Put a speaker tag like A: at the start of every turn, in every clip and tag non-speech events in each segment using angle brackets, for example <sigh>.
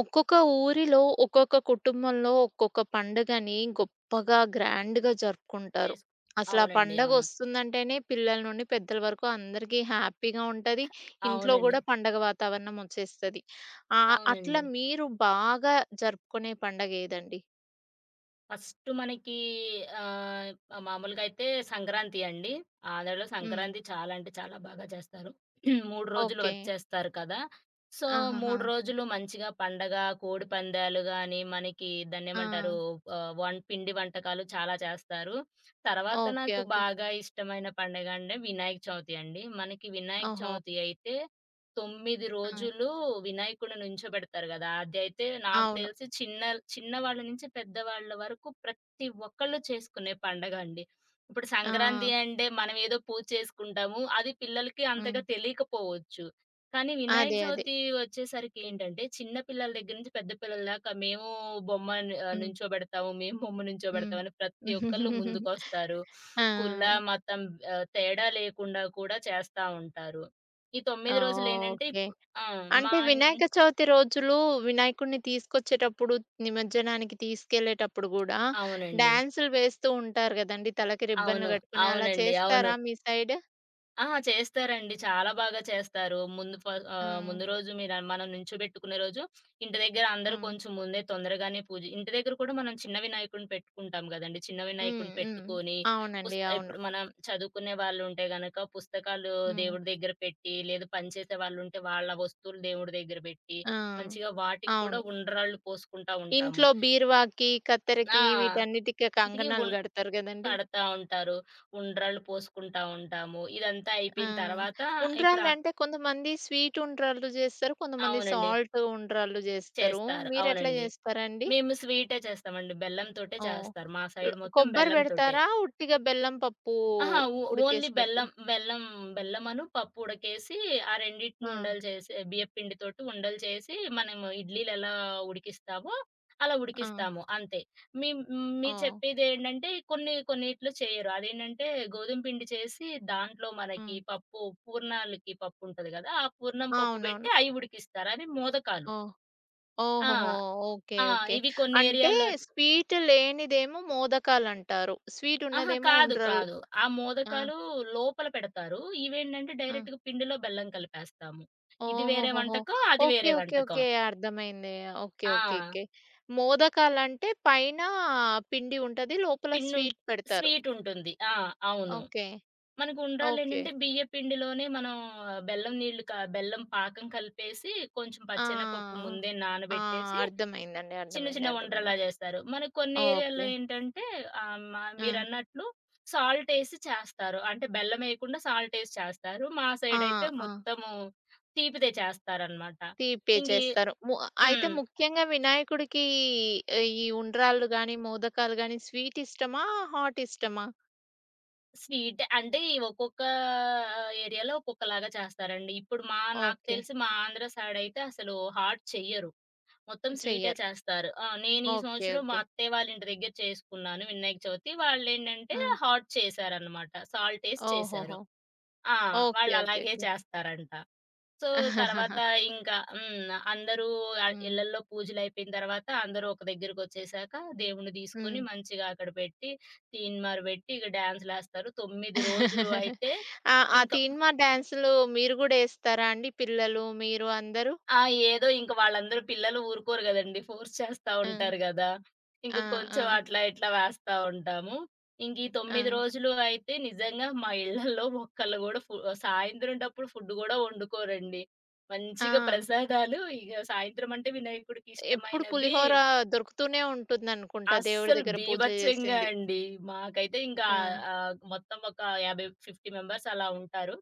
A: ఒక్కొక్క ఊరిలో, ఒక్కొక్క కుటుంబంలో ఒక్కొక్క పండుగని గొప్పగా, గ్రాండ్‌గా జరుపుకుంటారు.
B: చేసు
A: అసలా
B: అవునండి. అవును.
A: పండగొస్తుందంటేనే పిల్లల నుండి పెద్దల వరకు అందరికీ హ్యాపీగా ఉంటది. ఇంట్లో
B: అవునండి.
A: గూడా పండగ వాతావరణం ఒచ్చేస్తది. అట్లా
B: అవునండి.
A: మీరు బాగా జరుపుకునే పండగేదండి?
B: ఫస్ట్ మనకి ఆహ్, మామూలుగా అయితే సంక్రాంతి అండి. ఆంధ్రాలో
A: హ్మ్.
B: సంక్రాంతి చాలా అంటే చాలా బాగా చేస్తారు. <clears throat> 3 రోజులు
A: ఓకే.
B: వర్క్ చేస్తారు కదా! సో,
A: ఆహాహా!
B: 3 రోజులు మంచిగా పండగ, కోడిపందాలు గాని, మనకి
A: ఆ!
B: దాన్నేమంటారు ఆహ్, వం పిండి వంటకాలు చాలా చేస్తారు. తర్వాత
A: ఓకే.
B: నాకు
A: ఓకే.
B: బాగా ఇష్టమైన పండగ అంటే వినాయక చవితి అండి. మనకి వినాయక
A: ఓహో!
B: చవితి అయితే 9
A: ఆ!
B: రోజులు వినాయకుడిని నుంచోబెడతారు గదా! అదైతే నాకు
A: అవును.
B: తెలిసి చిన్నవాళ్ళ నుంచి పెద్దవాళ్ళ వరకు ప్రతి ఒక్కళ్ళు చేసుకునే పండగండి. ఇప్పుడు
A: ఆ!
B: సంక్రాంతి అంటే మనం ఏదో పూజ చేసుకుంటాము. అది పిల్లలకి
A: హ్మ్.
B: అంతగా తెలియకపోవచ్చు. కానీ వినాయక
A: అదే. అదే.
B: చవితి వచ్చేసరికి ఏంటంటే చిన్న పిల్లల దగ్గర నుంచి పెద్ద పిల్లల దాకా మేము బొమ్మ
A: హ్మ్.
B: నుంచోబెడతాము, మేము బొమ్మ
A: హ్మ్.
B: నుంచోబెడతాం అని ప్రతి ఒక్కళ్ళు
A: <laughs>
B: ముందుకొస్తారు.
A: ఆ!
B: కుల, మతం తేడా లేకుండా కూడా చేస్తా ఉంటారు. ఈ 9 రోజులేంటంటే
A: ఓకే.
B: ఇప్పుడు ఆ! మా
A: అంటే
B: ఇన్
A: వినాయక చవితి రోజులు వినాయకుడిని తీసుకొచ్చేటప్పుడు, నిమజ్జనానికి తీసుకెళ్ళేటప్పుడు గూడా
B: అవునండి.
A: డాన్సులు వేస్తూ ఉంటారు గదండీ! తలకి రిబ్బన్‌లు
B: అవును.
A: గట్టుకొని. అలా
B: అవునండి. అవును.
A: చేస్తారా మీ సైడ్?
B: ఆ! చేస్తారండి. చాలా బాగా చేస్తారు.
A: ఆ!
B: ముందు రోజు మీరు మనం నించోబెట్టుకునే రోజు ఇంటి దగ్గర అందరూ
A: హ్మ్.
B: కొంచెం ముందే తొందరగానే పూజ ఇంటి దగ్గర కూడా మనం చిన్న వినాయకుడిని పెట్టుకుంటాం గదండీ. చిన్న
A: హ్మ్.
B: వినాయకుడిని
A: హ్మ్.
B: పెట్టుకొని,
A: అవునండి. అవును.
B: ఇప్పుడు మనం చదువుకునే వాళ్ళుంటే గనక పుస్తకాలు
A: హ్మ్.
B: దేవుడి దగ్గర పెట్టి, లేదు పనిచేసే వాళ్ళుంటే వాళ్ళ వస్తువులు దేవుడి దగ్గర బెట్టి,
A: ఆ!
B: మంచిగా వాటికి కూడా
A: అవును.
B: ఉండ్రాళ్ళు పోసుకుంటా ఉంటాము.
A: ఇంట్లో బీరువాకి,
B: ఆ!
A: కత్తెరకి వీటన్నిటికి
B: ఇంటికి
A: కంకణాలు గడతారు గదండీ!
B: కడతా ఉంటారు. ఉండ్రాళ్ళు పోసుకుంటా ఉంటాము. ఇదంతా
A: ఆ!
B: అయిపోయిన తర్వాత ఇప్పుడు ఆ
A: ఉండ్రాళ్ళంటే కొంతమంది స్వీట్ ఉండ్రాళ్ళు జేస్తారు. కొంతమంది
B: అవునండి.
A: సాల్ట్ ఉండ్రాళ్ళు జేస్తారు.
B: చేస్తారు.
A: మీరెట్లా
B: అవునండి.
A: జేస్తారండి?
B: మేము స్వీటే చేస్తామండి. బెల్లంతోటే
A: ఓహ్!
B: చేస్తారు. మా సైడ్ మొత్తం
A: కొబ్బరి
B: బెల్లంతోటే.
A: పెడతారా? ఉట్టిగా బెల్లం పప్పు
B: అహా! ఓన్లీ
A: ఉడికేసి
B: బెల్లం,
A: పెడతారా?
B: బెల్లం బెల్లమను, పప్పు ఉడకేసి ఆ రెండిటిని
A: ఆ!
B: ఉండలు చేసి బియ్యపు పిండితోటి ఉండలు చేసి మనం ఇడ్లీలెలా ఉడికిస్తామో అలా
A: ఆ!
B: ఉడికిస్తాము అంతే. మీరు
A: ఓహ్!
B: చెప్పేదేంటంటే కొన్ని కొన్నిట్లో చేయరు. అదేంటంటే గోధుమ పిండి చేసి దాంట్లో మనకి
A: హ్మ్.
B: పప్పు పూర్ణాలకి పప్పుంటది గదా! ఆ పూర్ణం పప్పు బెట్టి
A: అవునవును.
B: అయి ఉడికిస్తారు. అవి మోదకాలు.
A: ఓహ్!
B: ఆ!
A: ఓహోహో! ఓకే.
B: ఆ!
A: ఓకే.
B: ఇవి కొన్ని
A: అంటే
B: ఏరియాలో
A: స్వీట్ లేనిదేమో మోదకాలంటారు. స్వీట్
B: అహా!
A: ఉన్నదేమో
B: కాదు.
A: ఉండ్రలు.
B: కాదు. ఆ
A: ఆ!
B: మోదకాలు లోపల పెడతారు. ఇవేంటంటే
A: ఆ!
B: డైరెక్ట్‌గా పిండిలో బెల్లం కలిపేస్తాము. ఇది వేరే
A: ఓహోహోహో!
B: వంటకం. అది
A: ఓకే.
B: వేరే
A: ఓకే.
B: వంటకం.
A: ఓకే. అర్థమైంది. ఓకే. ఓకే.
B: ఆ!
A: ఓకే. మోదకాలంటే పైన పిండి ఉంటది. లోపల
B: పిన్ను
A: స్వీట్ పెడతారు.
B: స్వీట్ ఉంటుంది. ఆ! అవును.
A: ఓకే.
B: మనకు
A: ఓకే.
B: ఉండ్రాళ్ళేంటంటే బియ్య పిండిలోనే మనం ఆ, బెల్లం నీళ్లు క బెల్లం పాకం కలిపేసి కొంచెం
A: ఆ!
B: పచ్చెనపప్పు ముందే
A: ఆ!
B: నానబెట్టేసి
A: అర్థమైందండి.
B: చిన్న
A: అర్థమైంది.
B: చిన్న
A: అర్థమైంది.
B: ఉండల్లా జేస్తారు. మనకు కొన్ని ఏరియాల్లో
A: ఓకే.
B: ఏంటంటే ఆహ్, మ
A: ఆ!
B: మీరన్నట్లు సాల్టేసి చేస్తారు. అంటే బెల్లమేయకుండా సాల్టేసి చేస్తారు. మా
A: ఆ!
B: సైడయితే
A: ఆ!
B: మొత్తము తీపిదే చేస్తారనమాట.
A: తీపే
B: ఇంగి
A: చేస్తారు. అయితే
B: హ్మ్.
A: ముఖ్యంగా వినాయకుడికి ఈ ఉండ్రాళ్ళు గాని, మోదకాలు గాని స్వీట్ ఇష్టమా? హాట్ ఇష్టమా?
B: స్వీట్ అంటే ఈ ఒక్కొక్క ఏరియాలో ఒక్కొక్కలాగా చేస్తారండి. ఇప్పుడు మా నాకు
A: ఓకే.
B: తెలిసి మా ఆంధ్ర సైడయితే అసలు హాట్ చెయ్యరు. మొత్తం స్వీటే
A: చెయ్యరు.
B: చేస్తారు. ఆ! నేను ఈ
A: ఓకే.
B: సంవత్సరం మా
A: ఓకే.
B: అత్తయ్య వాళ్ళ ఇంటి దగ్గర చేసుకున్నాను వినాయక చవితి. వాళ్ళేంటంటే
A: ఆ!
B: హాట్ చేశారనమాట. సాల్టేసి చేశారు.
A: ఓహోహో!
B: ఆ!
A: ఓకే. ఓకే.
B: వాళ్ళలాగే
A: ఓకే.
B: చేస్తారంట. సో, తర్వాత
A: <laughs>
B: ఇంకా హ్మ్. అందరూ
A: హ్మ్.
B: ఇళ్ళల్లో పూజలయిపోయిన తర్వాత అందరూ ఒక దగ్గరకొచ్చేసాక దేవుడిని తీసుకొని
A: హ్మ్.
B: మంచిగా అక్కడ పెట్టి, తీన్మార్ పెట్టి ఇక డాన్సులేస్తారు. 9 రోజులు అయితే
A: ఆ! ఆ
B: ఇంకా
A: తీన్‌మా డాన్సులు మీరు గూడా యేస్తారా అండి? పిల్లలు, మీరు అందరూ?
B: ఆ! ఏదో ఇంక వాళ్ళందరూ పిల్లలు ఊరుకోరు గదండీ. ఫోర్స్ చేస్తా
A: ఆ!
B: ఉంటారు గదా! ఇంక
A: ఆ! ఆ!
B: కొంచెం అట్లా ఇట్లా వేస్తా ఉంటాము. ఇంక ఈ
A: ఆ!
B: 9 రోజులు అయితే నిజంగా మా ఇళ్ళల్లో ఒక్కళ్ళు గూడా సాయంత్రంటప్పుడు ఫుడ్ గూడా వండుకోరండి.
A: ఆ!
B: మంచిగా ప్రసాదాలు ఇగ సాయంత్రం అంటే వినాయకుడికి
A: ఎప్పుడు
B: ఇష్టమైనవి
A: పులిహోర దొరుకుతూనే ఉంటుందనుకుంటా దేవుడి
B: అస్సలు
A: దగ్గర పూజ
B: బీభత్సంగా
A: చేసింది.
B: అండి. మాకైతే ఇంకా
A: ఆ!
B: మొత్తం ఒక 50, 50 మెంబర్స్ అలా ఉంటారు.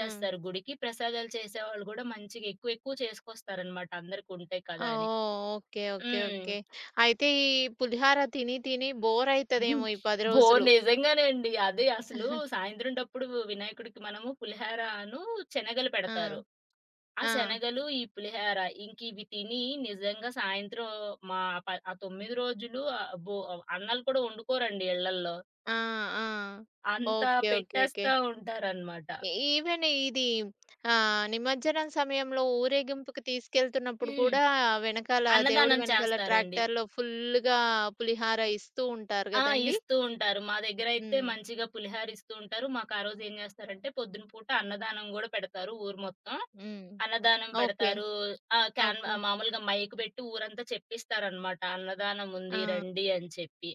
A: ఆ!
B: గుడికి. ప్రసాదాలు చేసేవాళ్ళు గూడా మంచిగా ఎక్కువ ఎక్కువ చేసుకొస్తారనమాట అందరికుంటాయి కదా అని.
A: ఓహ్! ఓకే. ఓకే.
B: హ్మ్.
A: ఓకే. అయితే ఈ పులిహార తిని తిని
B: <laughs>
A: బోరయితదేమో ఈ 10
B: బో
A: రోజులు.
B: నిజంగానే అండి. అదే అసలు
A: <laughs>
B: సాయంత్రంటప్పుడు వినాయకుడికి మనము పులిహారను, శనగలు
A: ఆ!
B: పెడతారు. ఆ
A: ఆ!
B: శనగలు, ఈ పులిహార ఇంకివి తిని నిజంగా సాయంత్రం మా ప ఆ 9 రోజులు ఆహ్, బో అన్నాలు కూడా వండుకోరండి ఇళ్ళల్లో.
A: ఆ! ఆ!
B: అంతా
A: ఓకే. ఓకే. ఓకే.
B: పెట్టేస్తా ఉంటారనమాట.
A: ఈ ఈవెన్ ఇది నిమజ్జనం సమయంలో ఊరేగింపుకి తీసుకెళ్తున్నప్పుడు
B: హ్మ్.
A: కూడా వెనకాల దేవుడి
B: అన్నదానం
A: వెనకాల
B: చేస్తారండి.
A: ట్రాక్టర్‌లో ఫుల్లుగా పులిహార ఇస్తూ ఉంటారు
B: ఆ!
A: గదండీ!
B: ఇస్తూ ఉంటారు. మా దగ్గరైతే
A: హ్మ్.
B: మంచిగా పులిహార ఇస్తూ ఉంటారు. మాకు ఆ రోజు ఏం చేస్తారంటే పొద్దున పూట అన్నదానం గూడా పెడతారు ఊరు మొత్తం.
A: హ్మ్.
B: అన్నదానం
A: ఓకే.
B: పెడతారు.
A: ఓకే.
B: మామూలుగా మైక్ పెట్టి ఊరంతా చెప్పిస్తారనమాట. అన్నదానం
A: ఆ!
B: ఉంది రండి అని చెప్పి.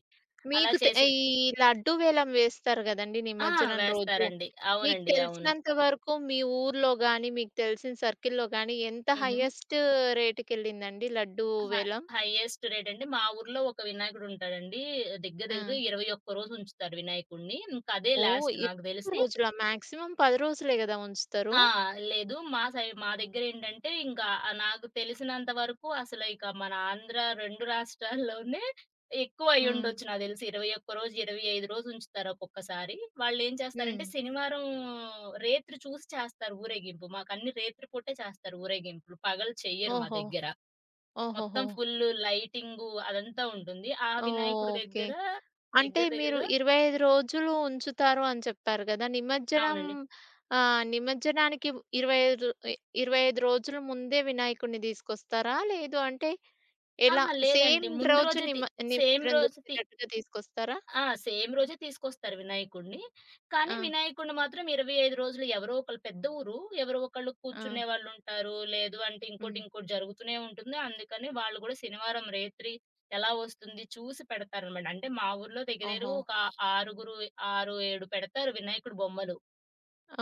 B: అలా
A: మీకు తె
B: చేసి
A: ఈ లడ్డూ వేలం వేస్తారు గదండీ
B: ఆ!
A: నిమజ్జనం రోజు.
B: వేస్తారండి.
A: మీకు
B: అవునండి. అవును.
A: తెలిసినంత వరకు మీ ఊర్లో గాని, మీకు తెలిసిన సర్కిల్‌లో గాని ఎంత
B: హుహు.
A: హైయెస్ట్ రేట్‌కెళ్ళిందండి లడ్డూ
B: హ
A: వేలం?
B: హైయెస్ట్ రేట్ అంటే మా ఊర్లో ఒక వినాయకుడు ఉంటాడండి. దగ్గర
A: ఆ!
B: దగ్గర 21 రోజు ఉంచుతారు వినాయకుడిని. ఇంకా అదే
A: ఓహ్!
B: లాస్ట్ నాకు
A: ఎక్కువ
B: తెలిసి.
A: రోజులా? మాక్సిమం 10 రోజులే గదా ఉంచుతారు.
B: ఆ! లేదు మా దగ్గరేంటంటే ఇంకా నాకు తెలిసినంత వరకు అసలు ఇక మన ఆంధ్ర 2 రాష్ట్రాల్లోనే ఎక్కువ
A: హ్మ్.
B: అయ్యుండొచ్చు నాకు తెలిసి. 21 రోజు, 25 రోజు ఉంచుతారు ఒక్కొక్కసారి. వాళ్ళేం చేస్తారంటే
A: హ్మ్.
B: శనివారం రేత్రి చూసి చేస్తారు ఊరేగింపు. మాకన్ని రేత్రి పూటే చేస్తారు ఊరేగింపులు. పగలు చెయ్యరు మా
A: ఓహో!
B: దగ్గర. మొత్తం
A: ఓహోహో!
B: ఫుల్లు లైటింగు అదంతా ఉంటుంది. ఆ వినాయకుడి
A: ఓకే.
B: దగ్గర
A: అంటే
B: దగ్గర
A: మీరు
B: దగ్గరగా
A: 25 రోజులు ఉంచుతారు అని చెప్పారు గదా! నిమజ్జనం
B: అవునండి.
A: నిమజ్జనానికి 25 25 రోజుల ముందే వినాయకుడిని తీసుకొస్తారా? లేదు అంటే ఎలా
B: అహా! లేదండి.
A: సేమ్
B: ముందు
A: రోజు
B: రోజే తి
A: నిమ
B: సేమ్
A: నిమజ్జనం
B: రోజు తి
A: చేసేటట్టుగా తీసుకొస్తారా?
B: ఆ! సేమ్ రోజే తీసుకొస్తారు వినాయకుడిని. కానీ
A: ఆ!
B: వినాయకుడిని మాత్రం 25 రోజులు ఎవరో ఒకళ్ళు పెద్ద ఊరు. ఎవరో ఒకళ్ళు
A: ఆ!
B: కూర్చునే వాళ్ళుంటారు. లేదు అంటే ఇంకోటి,
A: హ్మ్.
B: ఇంకోటి జరుగుతూనే ఉంటుంది. అందుకని వాళ్ళు గూడా శనివారం రేత్రి ఎలా వస్తుంది చూసి పెడతారనమాట. అంటే మా ఊర్లో దగ్గర
A: ఓహో!
B: దగ్గరగా ఒక ఆరుగురు 6, 7 పెడతారు వినాయకుడు బొమ్మలు.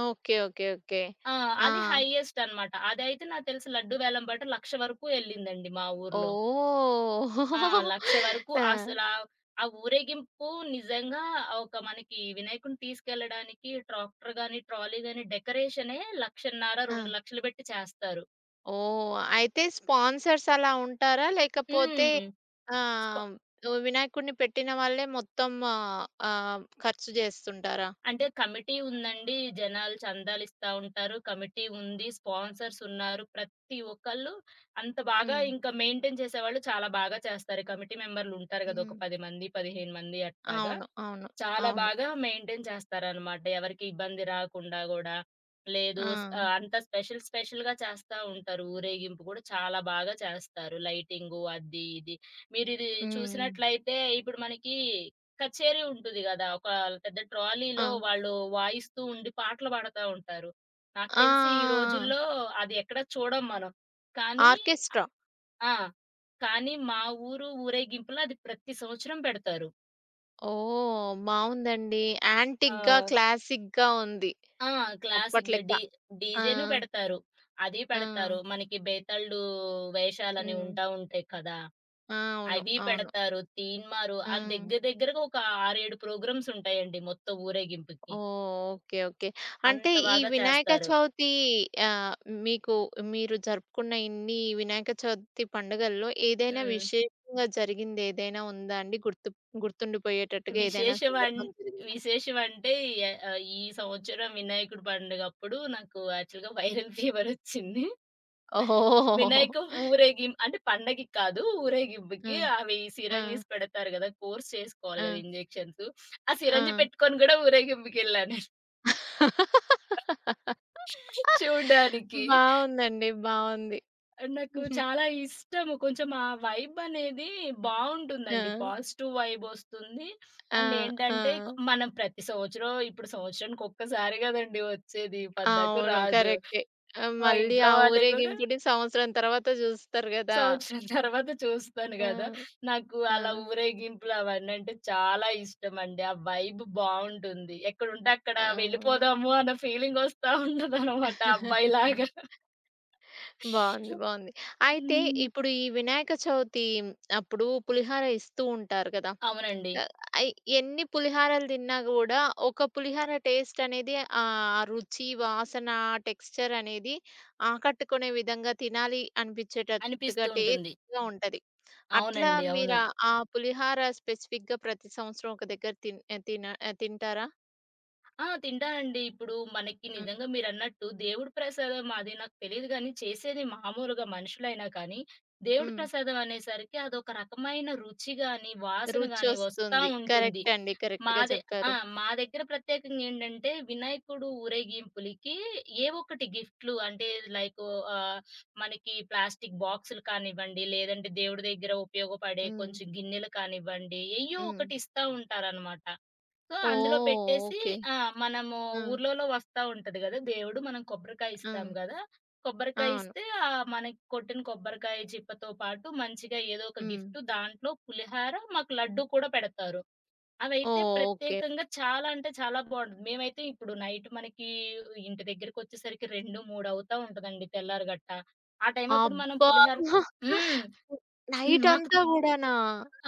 A: ఓకే. ఓకే. ఓకే.
B: ఆ!
A: ఆ!
B: అది హైయెస్ట్ అనమాట. అదైతే నాకు తెలిసి లడ్డు వేలం పాట 1,00,000 వరకు ఎళ్ళిందండి మా ఊర్లో.
A: ఓహ్!
B: ఆ! 1,00,000
A: <laughs>
B: వరకు
A: ఆ!
B: అసలా ఆ ఆ ఊరేగింపు నిజంగా ఒక మనకి వినాయకుడిని తీసుకెళ్ళడానికి ట్రాక్టర్ గాని, ట్రాలీ గాని డెకరేషనే 1,50,000,
A: ఆ!
B: 2,00,000 పెట్టి చేస్తారు.
A: ఓహ్! అయితే స్పాన్సర్స్ అలా ఉంటారా? లేకపోతే
B: హ్మ్.
A: ఆహ్, వినాయకుడిని పెట్టిన వాళ్ళే మొత్తం ఖర్చు చేస్తుంటారా?
B: అంటే కమిటీ ఉందండి. జనాలు చందాలిస్తా ఉంటారు. కమిటీ ఉంది. స్పాన్సర్స్ ఉన్నారు. ప్రతి ఒక్కళ్ళు అంత బాగా
A: హ్మ్.
B: ఇంకా మెయింటైన్ చేసేవాళ్ళు చాలా బాగా చేస్తారు. కమిటీ మెంబర్‌లుంటారు గదా! ఒక
A: హ్మ్.
B: 10 మంది, 15 మంది అట్లాగా.
A: అవును. అవును.
B: చాలా
A: అవును.
B: బాగా మెయింటైన్ చేస్తారనమాట. ఎవరికీ ఇబ్బంది రాకుండా గూడా. లేదు
A: ఆ!
B: అంత స్పెషల్ స్పెషల్‌గా చేస్తా ఉంటారు. ఊరేగింపు గూడా చాలా బాగా చేస్తారు. లైటింగు అది ఇది. మీరిది
A: హ్మ్.
B: చూసినట్లయితే ఇప్పుడు మనకి కచేరీ ఉంటది గదా! ఒక పెద్ద ట్రాలీలో
A: ఆ! ఆ!
B: వాళ్ళు వాయిస్తూ ఉండి పాటలు పాడుతా ఉంటారు. నాకు
A: ఆ!
B: తెలిసి ఈ
A: ఆ!
B: రోజుల్లో అది ఎక్కడ చూడం మనం. కానీ
A: ఆర్కెస్ట్రా.
B: ఆ! కానీ మా ఊరు ఊరేగింపులో అది ప్రతి సంవత్సరం పెడతారు.
A: ఓహ్! బావుందండి. యాంటిక్‌గా,
B: ఆ!
A: క్లాసిక్‌గా ఉంది.
B: ఆ!
A: అప్పటి
B: క్లాసిక్‌గా
A: లెక్క. ఆ!
B: డీజేను పెడతారు. అది
A: ఆ!
B: పెడతారు. మనకి బేతాళు వేషాలని
A: హ్మ్.
B: ఉంటా ఉంటాయి కదా!
A: ఆ! అవును.
B: అవి
A: అవును.
B: పెడతారు. తీన్మారు
A: ఆ!
B: అని దగ్గర దగ్గరగా ఒక 6, 7 ప్రోగ్రామ్స్ ఉంటాయండి మొత్తం ఊరేగింపుకి.
A: ఓహ్! ఓకే. ఓకే. అంటే
B: అంత
A: ఈ
B: బాగా
A: వినాయక
B: చేస్తారు.
A: చవితి ఆహ్, మీకు మీరు జరుపుకున్న ఇన్ని వినాయక చవితి పండుగల్లో ఏదైనా
B: హ్మ్.
A: విశేషంగా జరిగిందేదైనా ఉందా అండి? గుర్తుండిపోయేటట్టుగా ఏదైనా
B: విశేషం అం
A: సందర్భం జరిగిందా?
B: విశేషం అంటే ఈ సంవత్సరం వినాయకుడి పండుగప్పుడు నాకు యాక్చువల్‌గా వైరల్ ఫీవర్ వచ్చింది.
A: ఓహోహోహోహో!
B: వినాయక ఊరేగిం అంటే పండగకి కాదు. ఊరేగింపుకి
A: హ్మ్.
B: అవి
A: ఆ!
B: సిరంజీస్ పెడతారు గదా! కోర్స్ చేసుకోవాలి
A: ఆ!
B: గదా! ఇంజెక్షన్స్. ఆ
A: ఆ!
B: సిరంజి పెట్టుకొని గూడా ఊరేగింపుకెళ్ళా నేను చూడ్డానికి.
A: బావుందండి. బావుంది.
B: నాకు చాలా ఇష్టము. కొంచెం ఆ వైబ్ అనేది
A: ఆ!
B: బావుంటుందండి. పాజిటివ్ వైబొస్తుంది.
A: ఆ!
B: అండ్
A: ఆ!
B: ఏంటంటే మనం ప్రతి సంవత్సరం ఇప్పుడు సంవత్సరానికి ఒక్కసారి గదండీ వచ్చేది. పద్దాకు
A: అవును.
B: రాదు.
A: కరెక్టే.
B: మా
A: మళ్ళీ
B: ఇంట్లో
A: ఆ
B: వాళ్ళు గూడా
A: ఊరేగింపుని సంవత్సరం తర్వాత జూస్తారు గదా!
B: సంవత్సరం <laughs> తర్వాత చూస్తాను
A: ఆ!
B: గదా! నాకు
A: ఆ!
B: అలా ఊరేగింపులు అవన్నీ అంటే చాలా ఇష్టమండి. ఆ వైబ్ బావుంటుంది. ఎక్కడుంటే అక్కడ
A: ఆ!
B: వెళ్ళిపోదాము అన్న ఫీలింగ్ ఒస్తా ఉంటదనమాట అబ్బాయిలాగా.
A: <laughs> బావుంది.
B: <laughs>
A: బావుంది. అయితే
B: హ్మ్.
A: ఇప్పుడు ఈ వినాయక చవితి అప్పుడు పులిహార ఇస్తూ ఉంటారు గదా!
B: అవునండి.
A: ఆహ్, అయి ఎన్ని పులిహారలు తిన్నా గూడా ఒక పులిహార టేస్ట్ అనేది రుచి, వాసన, టెక్స్చర్ అనేది ఆకట్టుకునే విధంగా తినాలి అనిపించేటట్టుగా
B: అనిపిస్తూ ఉంటుంది.
A: టేస్ట్‌గా ఉంటది. అట్లా
B: అవునండి. అవును.
A: మీరు ఆ ఆ పులిహార స్పెసిఫిక్‌గా ప్రతి సంవత్సరం ఒక దగ్గర తిన్ ఆహ్, తిన ఆహ్, తింటారా?
B: ఆ! తింటానండి. ఇప్పుడు మనకి
A: హ్మ్.
B: నిజంగా మీరన్నట్టు దేవుడి ప్రసాదం అది నాకు తెలీదు గానీ, చేసేది మామూలుగా మనుషులైనా కానీ, దేవుడి
A: హ్మ్.
B: ప్రసాదం అనేసరికి అదొక రకమైన రుచి గాని, వాసన గాని వస్తా
A: రుచొస్తుంది.
B: ఉంటుంది.
A: కరెక్ట్ అండి. కరెక్ట్‌గా
B: మాదే ఆ!
A: చెప్పారు.
B: మా దగ్గర ప్రత్యేకంగా ఏంటంటే, వినాయకుడు ఊరేగింపులకి ఏవో ఒకటి గిఫ్ట్‌లు అంటే లైకు ఆహ్, మనకి ప్లాస్టిక్ బాక్సులు కానివ్వండి, లేదంటే దేవుడి దగ్గర ఉపయోగపడే
A: హ్మ్.
B: కొంచెం గిన్నెలు కానివ్వండి, ఎయ్యో
A: హ్మ్.
B: ఒకటి ఇస్తా ఉంటారనమాట. సో, అందులో
A: ఓహ్!
B: పెట్టేసి
A: ఓకే.
B: ఆ! మనము
A: ఆ!
B: ఊర్లలో వస్తా ఉంటది గదా! దేవుడు. మనం కొబ్బరికాయ
A: ఆ!
B: ఇస్తాం గదా! కొబ్బరికాయ
A: అవును.
B: ఇస్తే మనకి కొట్టిన కొబ్బరికాయ చిప్పతో పాటు మంచిగా ఏదో ఒక
A: హ్మ్.
B: గిఫ్ట్ దాంట్లో పులిహార, మాకు లడ్డూ కూడా పెడతారు.
A: ఓహ్!
B: అవైతే
A: ఓకే.
B: ప్రత్యేకంగా చాలా అంటే చాలా బావుంటది. మేమైతే ఇప్పుడు నైట్ మనకి ఇంటి దగ్గరికొచ్చేసరికి 2, 3 అవుతా ఉంటదండి తెల్లారి గట్ట. ఆ టైం అప్పుడు మనం
A: అబ్బా!
B: పులిహార హ్మ్. మాకు
A: నైటంతా గూడానా?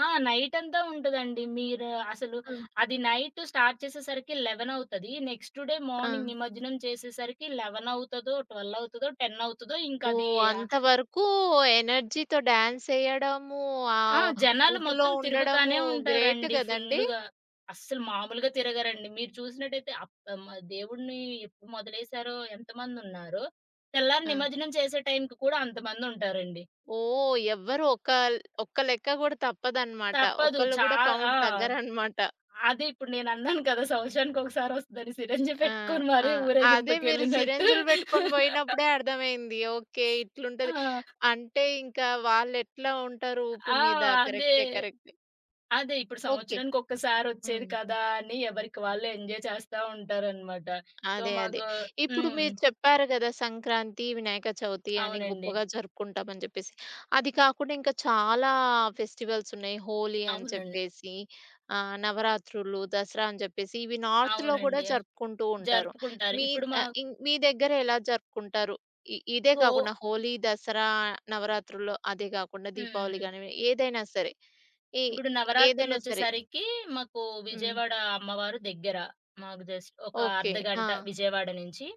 B: ఆ! నైటంతా ఉంటదండి. మీరు అసలు
A: ఆ!
B: అది నైట్ స్టార్ట్ చేసేసరికి 11 అవుతది. నెక్స్ట్ డే
A: ఆ!
B: మార్నింగ్ నిమజ్జనం చేసేసరికి 11 అవుతదో, 12 అవుతదో, 10 అవుతదో ఇంకది
A: ఓహ్! అంతవరకు ఎనర్జీతో డాన్స్ ఎయడము, ఆ
B: ఆ! జనాలు
A: ఊపులో
B: మొత్తం తిరుగుతానే
A: ఉండడము గ్రేట్
B: ఉంటారండి
A: గదండీ.
B: ఫుల్లుగా. అస్సలు మామూలుగా తిరగరండి. మీరు చూసినట్టయితే అప్ మ దేవుడిని ఎప్పుడు మొదలేసారో ఎంతమందున్నారో, తెల్లారి
A: ఆ!
B: నిమజ్జనం చేసే టైంకి కూడా అంతమందుంటారండి.
A: ఓహ్! ఎవ్వరు ఒక ఒక్క లెక్క గూడా తప్పదనమాట.
B: తప్పదు.
A: ఒకళ్ళు గూడా
B: ఆ!
A: కౌంట్ తగ్గరనమాట.
B: అదే ఇప్పుడు నేనన్నాను కదా! సంవత్సరానికొకసారి వస్తదని సిరంజి
A: ఆ!
B: పెట్టుకొని
A: ఆ!
B: మరీ
A: అదే మీరు
B: ఊరేగింపుకెళ్ళినట్టు.
A: సిరంజిలు బెట్టుకొని బోయినప్పుడే అర్థమైంది. ఓకే. ఇట్లుంటది.
B: ఆ!
A: అంటే ఇంకా వాళ్ళెట్లా ఉంటారు ఉప్పు
B: ఆ!
A: మీద.
B: అదే.
A: కరెక్టే. కరెక్టే.
B: అదే ఇప్పుడు
A: ఓకే.
B: సంవత్సరానికొక్కసారొచ్చేది
A: హ్మ్.
B: కదా! అని ఎవరికి వాళ్ళు ఎంజాయ్ చేస్తా ఉంటారనమాట. సో,
A: అదే. అదే.
B: మాకు
A: ఇప్పుడు
B: హ్మ్.
A: మీరు చెప్పారు గదా! సంక్రాంతి, వినాయక చవితి అని
B: అవునండి.
A: గొప్పగా జరుపుకుంటామని జెప్పేసి. అది కాకుండా ఇంకా చాలా ఫెస్టివల్స్ ఉన్నాయి. హోలీ అని
B: అవునండి.
A: చెప్పేసి, నవరాత్రులు, దసరా అని జెప్పేసి ఇవి నార్త్‌లో గూడా
B: అవునండి.
A: జరుపుకుంటూ ఉంటారు.
B: జరుపుకుంటారు.
A: మీ
B: ఇప్పుడు మా
A: ఆహ్, ఇన్ మీ దగ్గర ఎలా జరుపుకుంటారు? ఇదే
B: హో
A: కాకుండా హోలీ, దసరా, నవరాత్రుల్లో అదే గాకుండా దీపావళి
B: హ్మ్.
A: గానివి ఏదైనా సరే. ఏ
B: ఇప్పుడు
A: ఏదైనా సరే.
B: నవరాత్రులొచ్చేసరికి మాకు
A: హ్మ్.
B: విజయవాడ అమ్మవారు దగ్గర. మాకు జస్ట్ ఒక
A: ఓకే.
B: అర్ధ
A: ఆ!
B: గంట విజయవాడ నుంచి.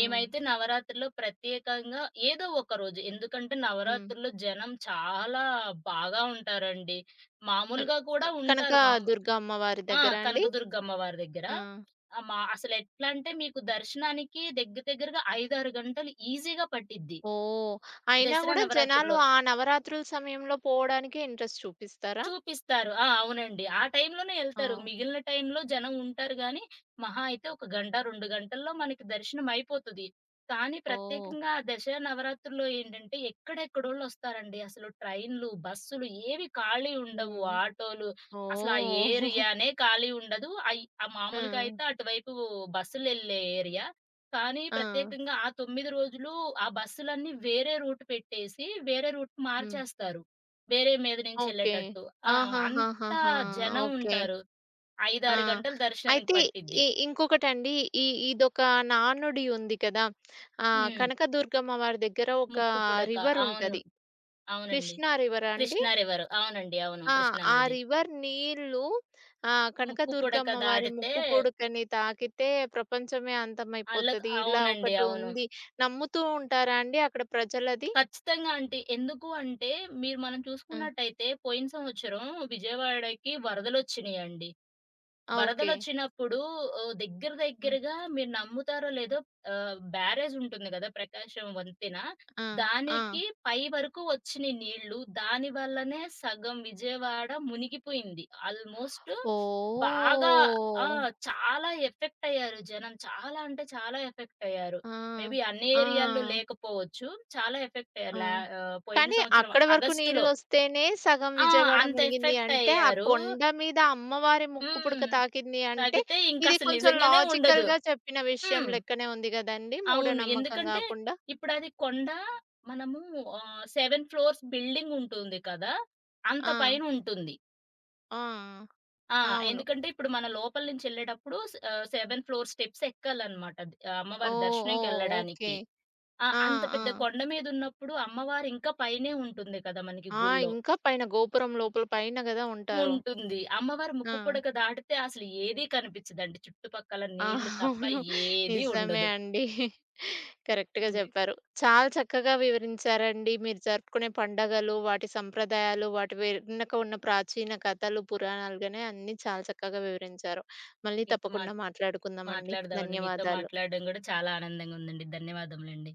A: హ్మ్.
B: నవరాత్రుల్లో ప్రత్యేకంగా ఏదో ఒక రోజు ఎందుకంటే
A: హ్మ్.
B: నవరాత్రుల్లో జనం చాలా బాగా ఉంటారండి.
A: ఆహ్,
B: మామూలుగా కూడా
A: ఆహ్,
B: ఉంటారు.
A: కనకదుర్గ అమ్మవారి
B: ఆ!
A: దగ్గరా అండి?
B: కనకదుర్గమ్మ వారి దగ్గర.
A: ఆ!
B: మా అసలెట్లంటే మీకు దర్శనానికి దగ్గర దగ్గరగా 5, 6 గంటలు ఈజీగా పట్టిద్ది
A: ఓహ్! అయినా
B: దసరా
A: గూడా జనాలు
B: నవరాత్రుల్లో.
A: ఆ నవరాత్రుల సమయంలో పోవడానికే ఇంట్రెస్ట్ చూపిస్తారా?
B: చూపిస్తారు. ఆ! అవునండి. ఆ టైంలోనే ఎళ్తారు.
A: ఓహ్!
B: మిగిలిన టైంలో జనం ఉంటారు గానీ, మహా అయితే ఒక గంట, 2 గంటల్లో మనకి దర్శనం అయిపోతది. కానీ
A: ఓహ్!
B: ప్రత్యేకంగా ఆ దసరా నవరాత్రుల్లో ఏంటంటే, ఎక్కడెక్కడోళ్ళొస్తారండి. అసలు ట్రైన్‌లు, బస్సులు ఏవి ఖాళీ ఉండవు.
A: హ్మ్.
B: ఆటోలు అసలు ఆ
A: ఓహ్! <laughs>
B: ఏరియానే ఖాళీ ఉండదు. అయి ఆ
A: ఆ!
B: మామూలుగా అయితే అటువైపు బస్సులెళ్ళే ఏరియా. కానీ
A: ఆ!
B: ప్రత్యేకంగా ఆ 9 రోజులు ఆ బస్సులన్నీ వేరే రూట్ పెట్టేసి, వేరే రూట్‌కి
A: హ్మ్.
B: మార్చేస్తారు. వేరే మీద
A: ఓకే.
B: నుంచెళ్ళేటట్టు. ఆ! అంతా
A: ఆహాహాహాహా!
B: జనం
A: ఓకే.
B: ఉంటారు. 5,
A: ఆ!
B: 6 గంటలు దర్శనానికి
A: అయితే
B: పట్టిద్ది.
A: ఇంకొకటండి ఈ ఇదొక నానుడి ఉంది కదా!
B: హ్మ్.
A: కనకదుర్గమ్మ వారి దగ్గర ఒక
B: ముక్కు పుడక. అవును.
A: రివరుంటది.
B: అవునండి.
A: కృష్ణా రివరా అండి?
B: కృష్ణా రివర్. అవునండి. అవును.
A: ఆ!
B: కృష్ణా
A: ఆ
B: నది.
A: రివర్ నీళ్ళు
B: ముక్కు పుడక
A: కనకదుర్గమ్మ వారి
B: దాటితే
A: ముక్కు పుడకని తాకితే ప్రపంచమే
B: అల్లకు
A: అంతమైపోతది. ఇలా
B: అవునండి.
A: ఒకటి
B: అవును.
A: ఉంది. నమ్ముతూ ఉంటారా అండి అక్కడ ప్రజలది?
B: ఖచ్చితంగా అంటే ఎందుకు అంటే, మీరు మనం
A: ఆ!
B: చూసుకున్నట్టయితే పోయిన సంవత్సరం విజయవాడకి వరదలొచ్చినియండి.
A: ఆ, ఓకే.
B: వరదలొచ్చినప్పుడు దగ్గర
A: హ్మ్.
B: దగ్గరగా మీరు నమ్ముతారో లేదో బ్యారేజ్ ఉంటుంది గదా! ప్రకాశం వంతెన.
A: ఆ! ఆ!
B: దానికి పై వరకు వచ్చినయి నీళ్ళు. దాని వల్లనే సగం విజయవాడ మునిగిపోయింది. ఆల్మోస్ట్ బాగా ఆ!
A: ఓహ్!
B: చాలా ఎఫెక్ట్ అయ్యారు జనం. చాలా అంటే చాలా ఎఫెక్ట్ అయ్యారు.
A: ఆ!
B: మేబీ అన్ని
A: ఆ!
B: ఏరియాల్లో లేకపోవచ్చు. చాలా ఎఫెక్ట్ అయ్యారు.
A: ఆ!
B: పోయిన
A: కానీ
B: సంవత్సరం
A: అక్కడి వరకు
B: ఆగస్టులో.
A: నీళ్ళొస్తేనే సగం
B: ఆ!
A: విజయవాడ
B: అంత
A: మునిగింది
B: ఎఫెక్ట్
A: అంటే, ఆ
B: అయ్యారు.
A: కొండ మీద అమ్మవారి ముక్కు పుడక
B: హ్మ్.
A: తాకింది అంటే,
B: తాగితే
A: ఇది
B: ఇంకసలు
A: కొంచెం
B: నిజంగానే ఉండదు.
A: లాజికల్‌గా చెప్పిన విషయం
B: హ్మ్.
A: లెక్కనే ఉంది గదండీ!
B: అవును.
A: మూఢనమ్మకం
B: ఎందుకంటే
A: గాకుండా.
B: ఇప్పుడది కొండ మనము 7 ఫ్లోర్స్ బిల్డింగ్ ఉంటుంది కదా! అంత
A: ఆ!
B: పైనుంటుంది.
A: ఆ!
B: ఆ!
A: అవును.
B: ఎందుకంటే ఇప్పుడు మన లోపల నుంచెళ్ళేటప్పుడు 7 ఫ్లోర్ స్టెప్స్ ఎక్కాలనమాట. అమ్మవారి
A: ఓహ్! ఓహ్! ఓకే.
B: దర్శనంకెళ్ళడానికి. ఆ!
A: ఆ!
B: అంత
A: ఆ!
B: పెద్ద కొండ మీదున్నప్పుడు అమ్మవారు ఇంకా పైనే ఉంటుంది కదా! మనకి
A: ఆ!
B: గుళ్ళో.
A: ఇంకా పైన గోపురం లోపల పైన గదా ఉంటారు.
B: ఉంటుంది. అమ్మవారి ముక్కు
A: ఆ!
B: పుడక దాటితే అసలు ఏది కనిపించదండి. చుట్టుపక్కల
A: ఆ!
B: నీళ్ళు తప్ప
A: అవును.
B: ఏది
A: నిజమే
B: ఉండదు.
A: అండి. కరెక్ట్‌గా
B: హ్మ్.
A: జెప్పారు. చాలా చక్కగా వివరించారండి. మీరు జరుపుకునే పండగలు, వాటి సంప్రదాయాలు, వాటి వెనుక ఉన్న ప్రాచీన కథలు, పురాణాలు గాని అన్నీ చాలా చక్కగా వివరించారు. మళ్ళీ
B: మీతో
A: తప్పకుండా మాట్లాడుకుందామండి.
B: మాట్లాడదామండి. మీతో
A: ధన్యవాదాలు.
B: మాట్లాడడం గూడా చాలా ఆనందంగా ఉందండి. ధన్యవాదములండి.